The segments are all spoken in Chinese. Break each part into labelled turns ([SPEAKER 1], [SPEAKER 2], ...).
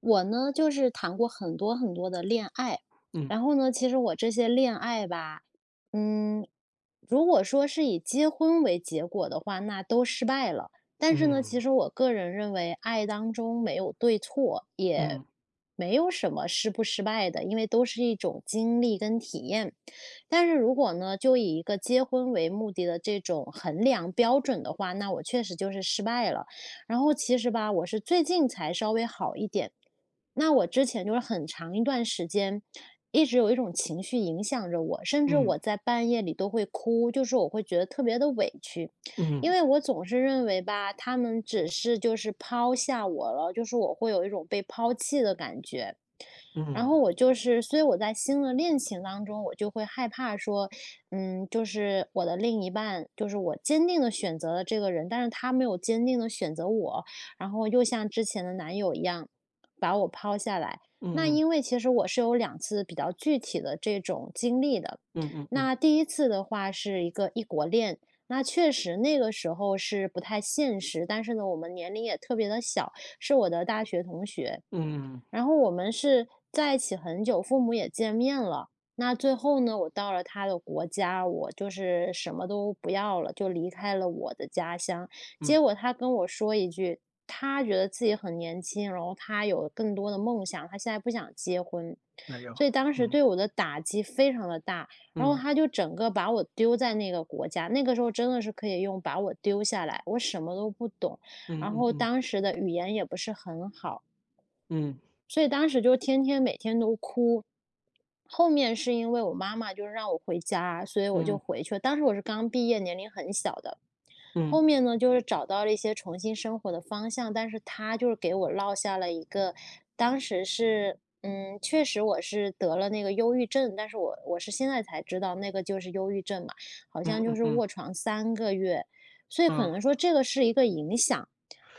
[SPEAKER 1] 我呢，就是谈过很多很多的恋爱，
[SPEAKER 2] 嗯
[SPEAKER 1] 然后呢，其实我这些恋爱吧，嗯，如果说是以结婚为结果的话，那都失败了。但是呢，其
[SPEAKER 2] 嗯
[SPEAKER 1] 实我个人认为，爱当中没有对错，也
[SPEAKER 2] 嗯
[SPEAKER 1] 没有什么失不失败的，因为都是一种经历跟体验。但是如果呢，就以一个结婚为目的的这种衡量标准的话，那我确实就是失败了。然后其实吧，我是最近才稍微好一点。那我之前就是很长一段时间，一直有一种情绪影响着我，甚至
[SPEAKER 2] 嗯
[SPEAKER 1] 我在半夜里都会哭，就是我会觉得特别的委屈，
[SPEAKER 2] 嗯
[SPEAKER 1] 因为我总是认为吧，他们只是就是抛下我了，就是我会有一种被抛弃的感觉。然
[SPEAKER 2] 嗯
[SPEAKER 1] 后我就是，所以我在新的恋情当中，我就会害怕说，就是我的另一半，就是我坚定的选择了这个人，但是他没有坚定的选择我，然后又像之前的男友一样把我抛下来。那
[SPEAKER 2] 嗯嗯
[SPEAKER 1] 因为其实我是有2次比较具体的这种经历的。
[SPEAKER 2] 嗯嗯
[SPEAKER 1] 那第一次的话是一个异国恋，那确实那个时候是不太现实，但是呢，我们年龄也特别的小，是我的大学同学。
[SPEAKER 2] 嗯，
[SPEAKER 1] 然后我们是在一起很久，父母也见面了。那最后呢，我到了他的国家，我就是什么都不要了，就离开了我的家乡。
[SPEAKER 2] 嗯
[SPEAKER 1] 结果他跟我说一句，他觉得自己很年轻，然后他有更多的梦想，他现在不想结婚。
[SPEAKER 2] 没有，
[SPEAKER 1] 所以当时
[SPEAKER 2] 嗯
[SPEAKER 1] 对我的打击非常的大，然后
[SPEAKER 2] 嗯
[SPEAKER 1] 他就整个把我丢在那个国家，那个时候真的是可以用把我丢下来，我什么都不懂，
[SPEAKER 2] 嗯
[SPEAKER 1] 然
[SPEAKER 2] 嗯
[SPEAKER 1] 后
[SPEAKER 2] 嗯
[SPEAKER 1] 当时的语言也不是很好，
[SPEAKER 2] 嗯
[SPEAKER 1] 所以当时就天天每天都哭。后面是因为我妈妈就是让我回家，所以我
[SPEAKER 2] 嗯
[SPEAKER 1] 就
[SPEAKER 2] 嗯
[SPEAKER 1] 回去了。当时我是刚毕业，年龄很小的，
[SPEAKER 2] 嗯
[SPEAKER 1] 后面呢，就是找到了一些重新生活的方向，但是他就是给我落下了一个，当时是，确实我是得了那个忧郁症，但是我是现在才知道那个就是忧郁症嘛，好像就
[SPEAKER 2] 嗯
[SPEAKER 1] 是
[SPEAKER 2] 嗯，
[SPEAKER 1] 卧床3个月，所以可
[SPEAKER 2] 嗯，
[SPEAKER 1] 能说这个是一个影响，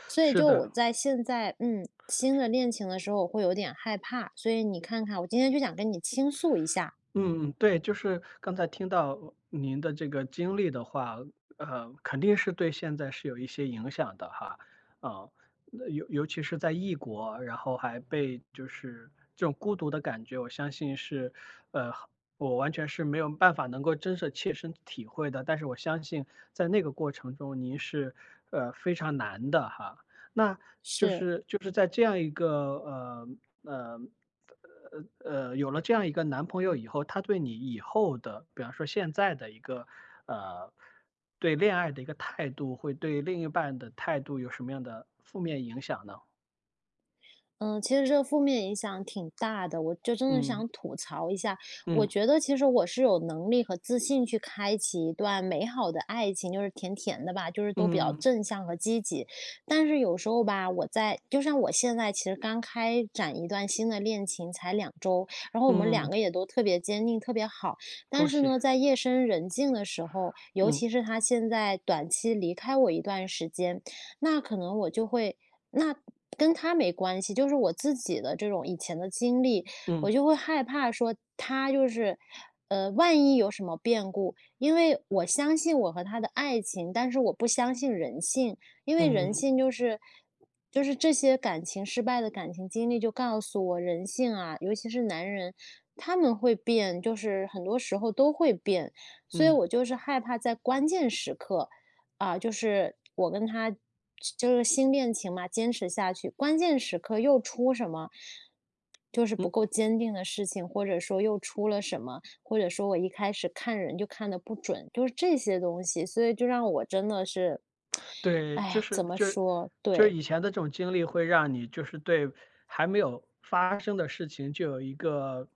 [SPEAKER 1] 所以
[SPEAKER 2] 是
[SPEAKER 1] 就
[SPEAKER 2] 的。
[SPEAKER 1] 我在现在，新的恋情的时候，我会有点害怕，所以你看看，我今天就想跟你倾诉一下，
[SPEAKER 2] 嗯，对，就是刚才听到您的这个经历的话，肯定是对现在是有一些影响的哈。啊，那尤其是在异国，然后还被就是这种孤独的感觉，我相信是，呃，我完全是没有办法能够真是切身体会的，但是我相信在那个过程中您是非常难的哈。那就
[SPEAKER 1] 是。
[SPEAKER 2] 是就是在这样一个呃呃有了这样一个男朋友以后，他对你以后的，比方说现在的一个呃，对恋爱的一个态度，会对另一半的态度有什么样的负面影响呢？
[SPEAKER 1] 嗯，其实这个负面影响挺大的，我就真的
[SPEAKER 2] 嗯
[SPEAKER 1] 想吐槽一下。我
[SPEAKER 2] 嗯
[SPEAKER 1] 觉得其实我是有能力和自信去开启一段美好的爱情，就是甜甜的吧，就是都比较
[SPEAKER 2] 嗯
[SPEAKER 1] 正向和积极。但是有时候吧，我在就像我现在其实刚开展一段新的恋情，才2周，然后我们
[SPEAKER 2] 嗯，
[SPEAKER 1] 两
[SPEAKER 2] 嗯
[SPEAKER 1] 个也都特别坚定，特别好。
[SPEAKER 2] 恭
[SPEAKER 1] 但是
[SPEAKER 2] 喜，
[SPEAKER 1] 呢，在夜深人静的时候，尤
[SPEAKER 2] 嗯
[SPEAKER 1] 其是他现在短期离开我一段时间，那可能我就会那跟他没关系，就是我自己的这种以前的经历，我
[SPEAKER 2] 嗯
[SPEAKER 1] 就会害怕说他就是，万一有什么变故，因为我相信我和他的爱情，但是我不相信人性，因为
[SPEAKER 2] 嗯
[SPEAKER 1] 人
[SPEAKER 2] 嗯
[SPEAKER 1] 性就是这些感情失败的感情经历就告诉我，人性啊，尤其是男人，他们会变，就是很多时候都会变，所以
[SPEAKER 2] 嗯
[SPEAKER 1] 我就是害怕在关键时刻。啊，就是我跟他就是新恋情嘛，坚持下去，关键时刻又出什么，就是
[SPEAKER 2] 嗯
[SPEAKER 1] 不够坚定的事情，或者说又出了什么，或者说我一开始看人就看的不准，就是这些东西，所以就让我真的是，
[SPEAKER 2] 对，就
[SPEAKER 1] 哎，
[SPEAKER 2] 是
[SPEAKER 1] 怎么
[SPEAKER 2] 就是
[SPEAKER 1] 说？
[SPEAKER 2] 就是
[SPEAKER 1] 对
[SPEAKER 2] 以前的这种经历会让你就是对还没有发生的事情就有一个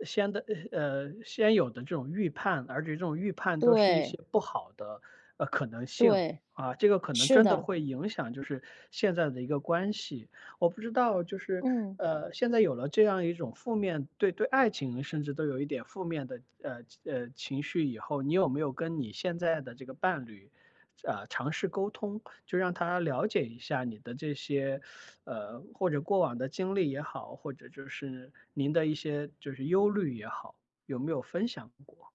[SPEAKER 2] 先的先有的这种预判，而且这种预判都是一些
[SPEAKER 1] 对
[SPEAKER 2] 不好的可能性。
[SPEAKER 1] 对，
[SPEAKER 2] 啊，这个可能
[SPEAKER 1] 是
[SPEAKER 2] 真的
[SPEAKER 1] 的，
[SPEAKER 2] 会影响就是现在的一个关系。我不知道就是
[SPEAKER 1] 嗯。
[SPEAKER 2] 现在有了这样一种负面对爱情甚至都有一点负面的情绪以后，你有没有跟你现在的这个伴侣？啊，尝试沟通，就让他了解一下你的这些，或者过往的经历也好，或者就是您的一些就是忧虑也好，有没有分享过？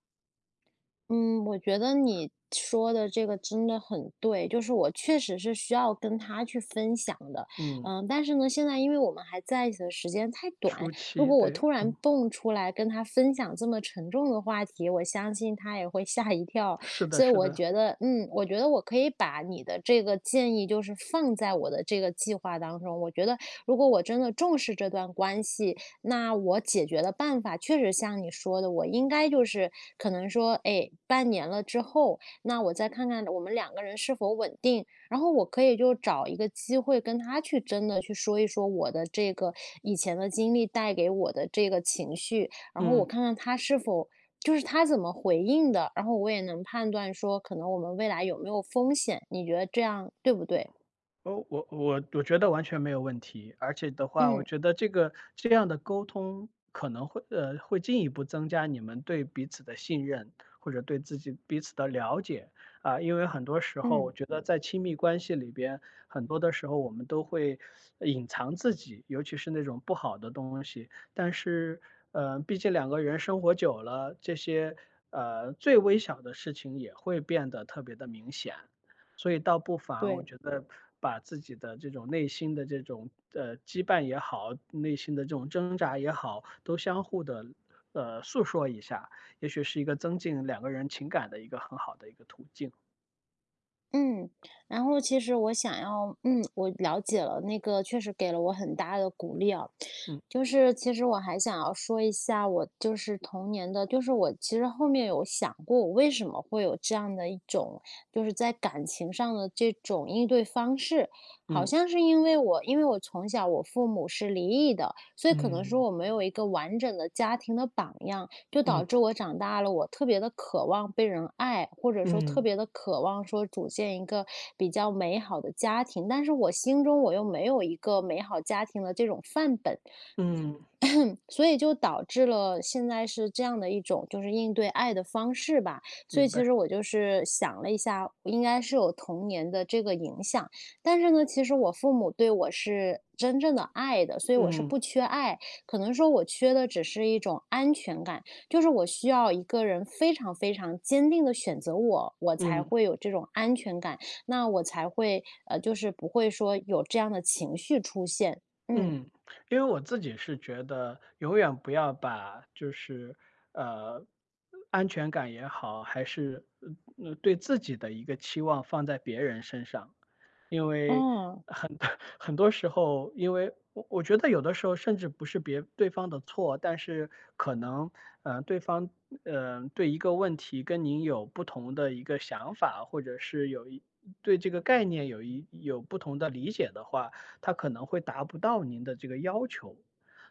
[SPEAKER 1] 嗯，我觉得你说的这个真的很对，就是我确实是需要跟他去分享的，
[SPEAKER 2] 嗯，
[SPEAKER 1] 但是呢，现在因为我们还在一起的时间太短，
[SPEAKER 2] 初
[SPEAKER 1] 如
[SPEAKER 2] 期，
[SPEAKER 1] 果我
[SPEAKER 2] 对，
[SPEAKER 1] 突然
[SPEAKER 2] 嗯，
[SPEAKER 1] 蹦出来跟他分享这么沉重的话题，我相信他也会吓一跳，
[SPEAKER 2] 是的，
[SPEAKER 1] 所以
[SPEAKER 2] 是
[SPEAKER 1] 我
[SPEAKER 2] 的，
[SPEAKER 1] 觉得，我觉得我可以把你的这个建议就是放在我的这个计划当中，我觉得如果我真的重视这段关系，那我解决的办法确实像你说的，我应该就是可能说，哎，半年了之后，那我再看看我们2个人是否稳定，然后我可以就找一个机会跟他去真的去说一说我的这个以前的经历带给我的这个情绪，然后我
[SPEAKER 2] 嗯。
[SPEAKER 1] 看看他是否就是他怎么回应的，然后我也能判断说可能我们未来有没有风险，你觉得这样对不对？
[SPEAKER 2] 哦，我觉得完全没有问题，而且的话，我
[SPEAKER 1] 嗯
[SPEAKER 2] 觉得这个这样的沟通可能会会进一步增加你们对彼此的信任，或者对自己彼此的了解啊，因为很多时候我
[SPEAKER 1] 嗯，
[SPEAKER 2] 觉得在亲密关系里边，很多的时候我们都会隐藏自己，尤其是那种不好的东西，但是毕竟两个人生活久了，这些最微小的事情也会变得特别的明显。所以倒不妨我
[SPEAKER 1] 对。
[SPEAKER 2] 觉得把自己的这种内心的这种羁绊也好，内心的这种挣扎也好，都相互的诉说一下，也许是一个增进两个人情感的一个很好的一个途径。
[SPEAKER 1] 嗯，然后其实我想要，我了解了，那个确实给了我很大的鼓励啊。
[SPEAKER 2] 嗯
[SPEAKER 1] 就是其实我还想要说一下，我就是童年的，就是我其实后面有想过，我为什么会有这样的一种，就是在感情上的这种应对方式，好
[SPEAKER 2] 嗯
[SPEAKER 1] 像是因为我，因为我从小我父母是离异的，所以可能说
[SPEAKER 2] 嗯
[SPEAKER 1] 我没有一个完整的家庭的榜样，就
[SPEAKER 2] 嗯
[SPEAKER 1] 导致我长大了，我特别的渴望被人爱，或者说特
[SPEAKER 2] 嗯
[SPEAKER 1] 别的渴望说组建一个比较美好的家庭，但是我心中我又没有一个美好家庭的这种范本，
[SPEAKER 2] 嗯，
[SPEAKER 1] 所以就导致了现在是这样的一种就是应对爱的方式吧。所以
[SPEAKER 2] 明
[SPEAKER 1] 其实
[SPEAKER 2] 白。
[SPEAKER 1] 我就是想了一下，应该是有童年的这个影响，但是呢，其实我父母对我是真正的爱的，所以我是
[SPEAKER 2] 嗯
[SPEAKER 1] 不缺爱，可能说我缺的只是一种安全感，就是我需要一个人非常非常坚定的选择我，我才
[SPEAKER 2] 嗯。
[SPEAKER 1] 会有这种安全感，那我才会就是不会说有这样的情绪出现。嗯。
[SPEAKER 2] 嗯，因为我自己是觉得永远不要把就是，呃，安全感也好，还是，对自己的一个期望放在别人身上。因为
[SPEAKER 1] 嗯，
[SPEAKER 2] 很 很多时候，因为我觉得有的时候甚至不是别对方的错，但是可能，对方，对一个问题跟您有不同的一个想法，或者是对这个概念有不同的理解的话，他可能会达不到您的这个要求。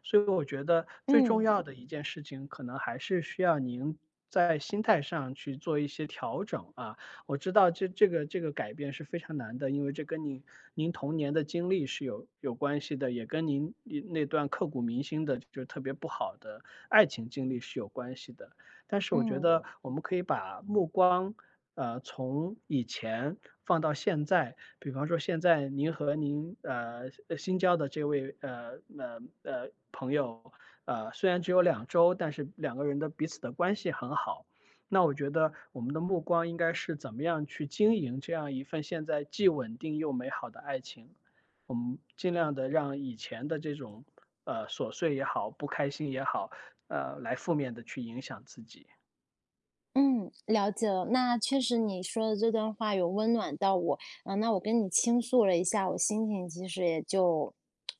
[SPEAKER 2] 所以我觉得最重
[SPEAKER 1] 嗯。
[SPEAKER 2] 要的一件事情，可能还是需要您在心态上去做一些调整啊。我知道这个改变是非常难的，因为这跟您童年的经历是有关系的，也跟您那段刻骨铭心的就是特别不好的爱情经历是有关系的。但是我觉
[SPEAKER 1] 嗯
[SPEAKER 2] 得我们可以把目光从以前放到现在，比方说现在您和您新交的这位朋友，虽然只有2周，但是两个人的彼此的关系很好。那我觉得我们的目光应该是怎么样去经营这样一份现在既稳定又美好的爱情，尽量的让以前的这种琐碎也好，不开心也好，来负面的去影响自己。
[SPEAKER 1] 嗯，了解了。那确实你说的这段话有温暖到我，啊，那我跟你倾诉了一下，我心情其实也就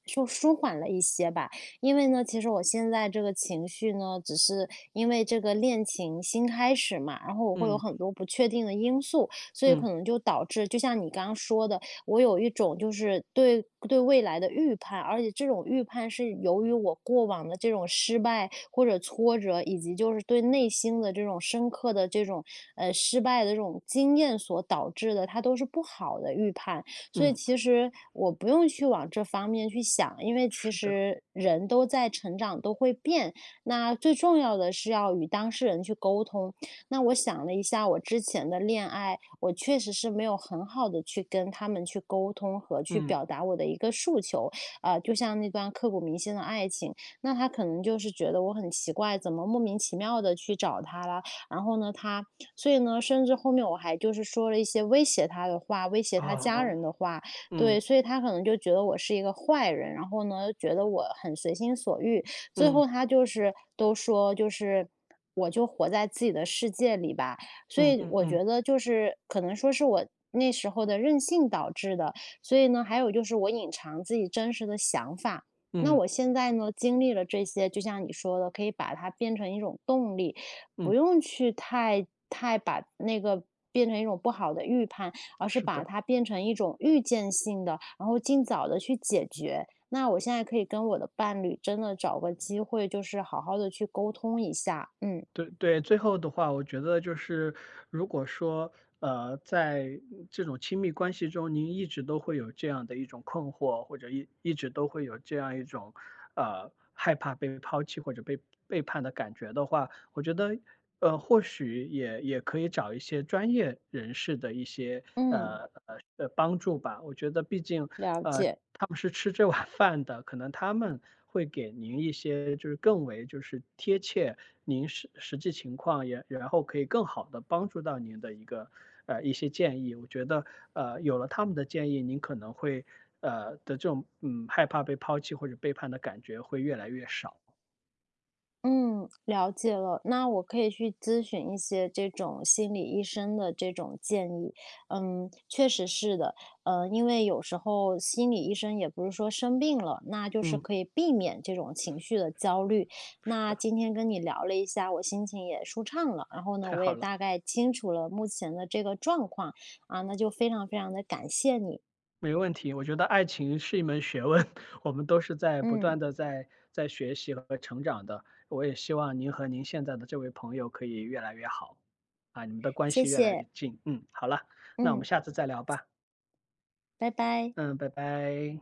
[SPEAKER 1] 舒缓了一些吧。因为呢，其实我现在这个情绪呢，只是因为这个恋情新开始嘛，然后我会有
[SPEAKER 2] 嗯
[SPEAKER 1] 很多不确定的因素，所以
[SPEAKER 2] 嗯
[SPEAKER 1] 可能就导致，就像你刚刚说的，我有一种就是对未来的预判，而且这种预判是由于我过往的这种失败或者挫折，以及就是对内心的这种深刻的这种失败的这种经验所导致的，它都是不好的预判。所以
[SPEAKER 2] 嗯，
[SPEAKER 1] 其实我不用去往这方面去想，因为其
[SPEAKER 2] 是的，
[SPEAKER 1] 实人都在成长，都会变。那最重要的是要与当事人去沟通。那我想了一下我之前的恋爱，我确实是没有很好的去跟他们去沟通和去
[SPEAKER 2] 嗯。
[SPEAKER 1] 表达我的一个诉求，啊，就像那段刻骨铭心的爱情，那他可能就是觉得我很奇怪，怎么莫名其妙的去找他了。然后呢，所以呢，甚至后面我还就是说了一些威胁他的话，威胁他
[SPEAKER 2] 啊，
[SPEAKER 1] 家人的话，对，
[SPEAKER 2] 嗯
[SPEAKER 1] 所以他可能就觉得我是一个坏人，然后呢，觉得我很随心所欲，最
[SPEAKER 2] 嗯
[SPEAKER 1] 后他就是都说就是我就活在自己的世界里吧。所
[SPEAKER 2] 嗯
[SPEAKER 1] 以
[SPEAKER 2] 嗯
[SPEAKER 1] 我
[SPEAKER 2] 嗯
[SPEAKER 1] 觉得就是可能说是我那时候的任性导致的，所以呢，还有就是我隐藏自己真实的想法。那
[SPEAKER 2] 嗯
[SPEAKER 1] 我现在呢，经历了这些，就像你说的，可以把它变成一种动力，不
[SPEAKER 2] 嗯，
[SPEAKER 1] 用去太把那个变成一种不好的预判，而是
[SPEAKER 2] 是
[SPEAKER 1] 把
[SPEAKER 2] 的，
[SPEAKER 1] 它变成一种预见性的，然后尽早的去解决。那我现在可以跟我的伴侣真的找个机会，就是好好的去沟通一下。嗯
[SPEAKER 2] 对对。最后的话，我觉得就是如果说，在这种亲密关系中，您一直都会有这样的一种困惑，或者一直都会有这样一种，害怕被抛弃或者被背叛的感觉的话，我觉得，或许也可以找一些专业人士的一些
[SPEAKER 1] 嗯，
[SPEAKER 2] 帮助吧。我觉得，毕竟
[SPEAKER 1] 了
[SPEAKER 2] 呃
[SPEAKER 1] 解。
[SPEAKER 2] 他们是吃这碗饭的，可能他们会给您一些就是更为就是贴切您实际情况也，然后可以更好的帮助到您的一个一些建议。我觉得，有了他们的建议，您可能会呃的这种嗯害怕被抛弃或者背叛的感觉会越来越少。
[SPEAKER 1] 嗯，了解了。那我可以去咨询一些这种心理医生的这种建议。嗯，确实是的。因为有时候心理医生也不是说生病了，那就是
[SPEAKER 2] 嗯，
[SPEAKER 1] 可以避免这种情绪的焦虑。
[SPEAKER 2] 是
[SPEAKER 1] 那
[SPEAKER 2] 的，
[SPEAKER 1] 今天跟你聊了一下，我心情也舒畅了。然后呢，
[SPEAKER 2] 太
[SPEAKER 1] 我
[SPEAKER 2] 好
[SPEAKER 1] 也
[SPEAKER 2] 了。
[SPEAKER 1] 大概清楚了目前的这个状况啊，那就非常非常的感谢你。
[SPEAKER 2] 没问题，我觉得爱情是一门学问，我们都是在不断
[SPEAKER 1] 嗯，
[SPEAKER 2] 的在学习和成长的。我也希望您和您现在的这位朋友可以越来越好，啊，你们的关
[SPEAKER 1] 谢
[SPEAKER 2] 系越来越
[SPEAKER 1] 谢。
[SPEAKER 2] 近。嗯，好了，那我们
[SPEAKER 1] 嗯，
[SPEAKER 2] 下次再聊吧。
[SPEAKER 1] 拜拜。
[SPEAKER 2] 嗯，拜拜。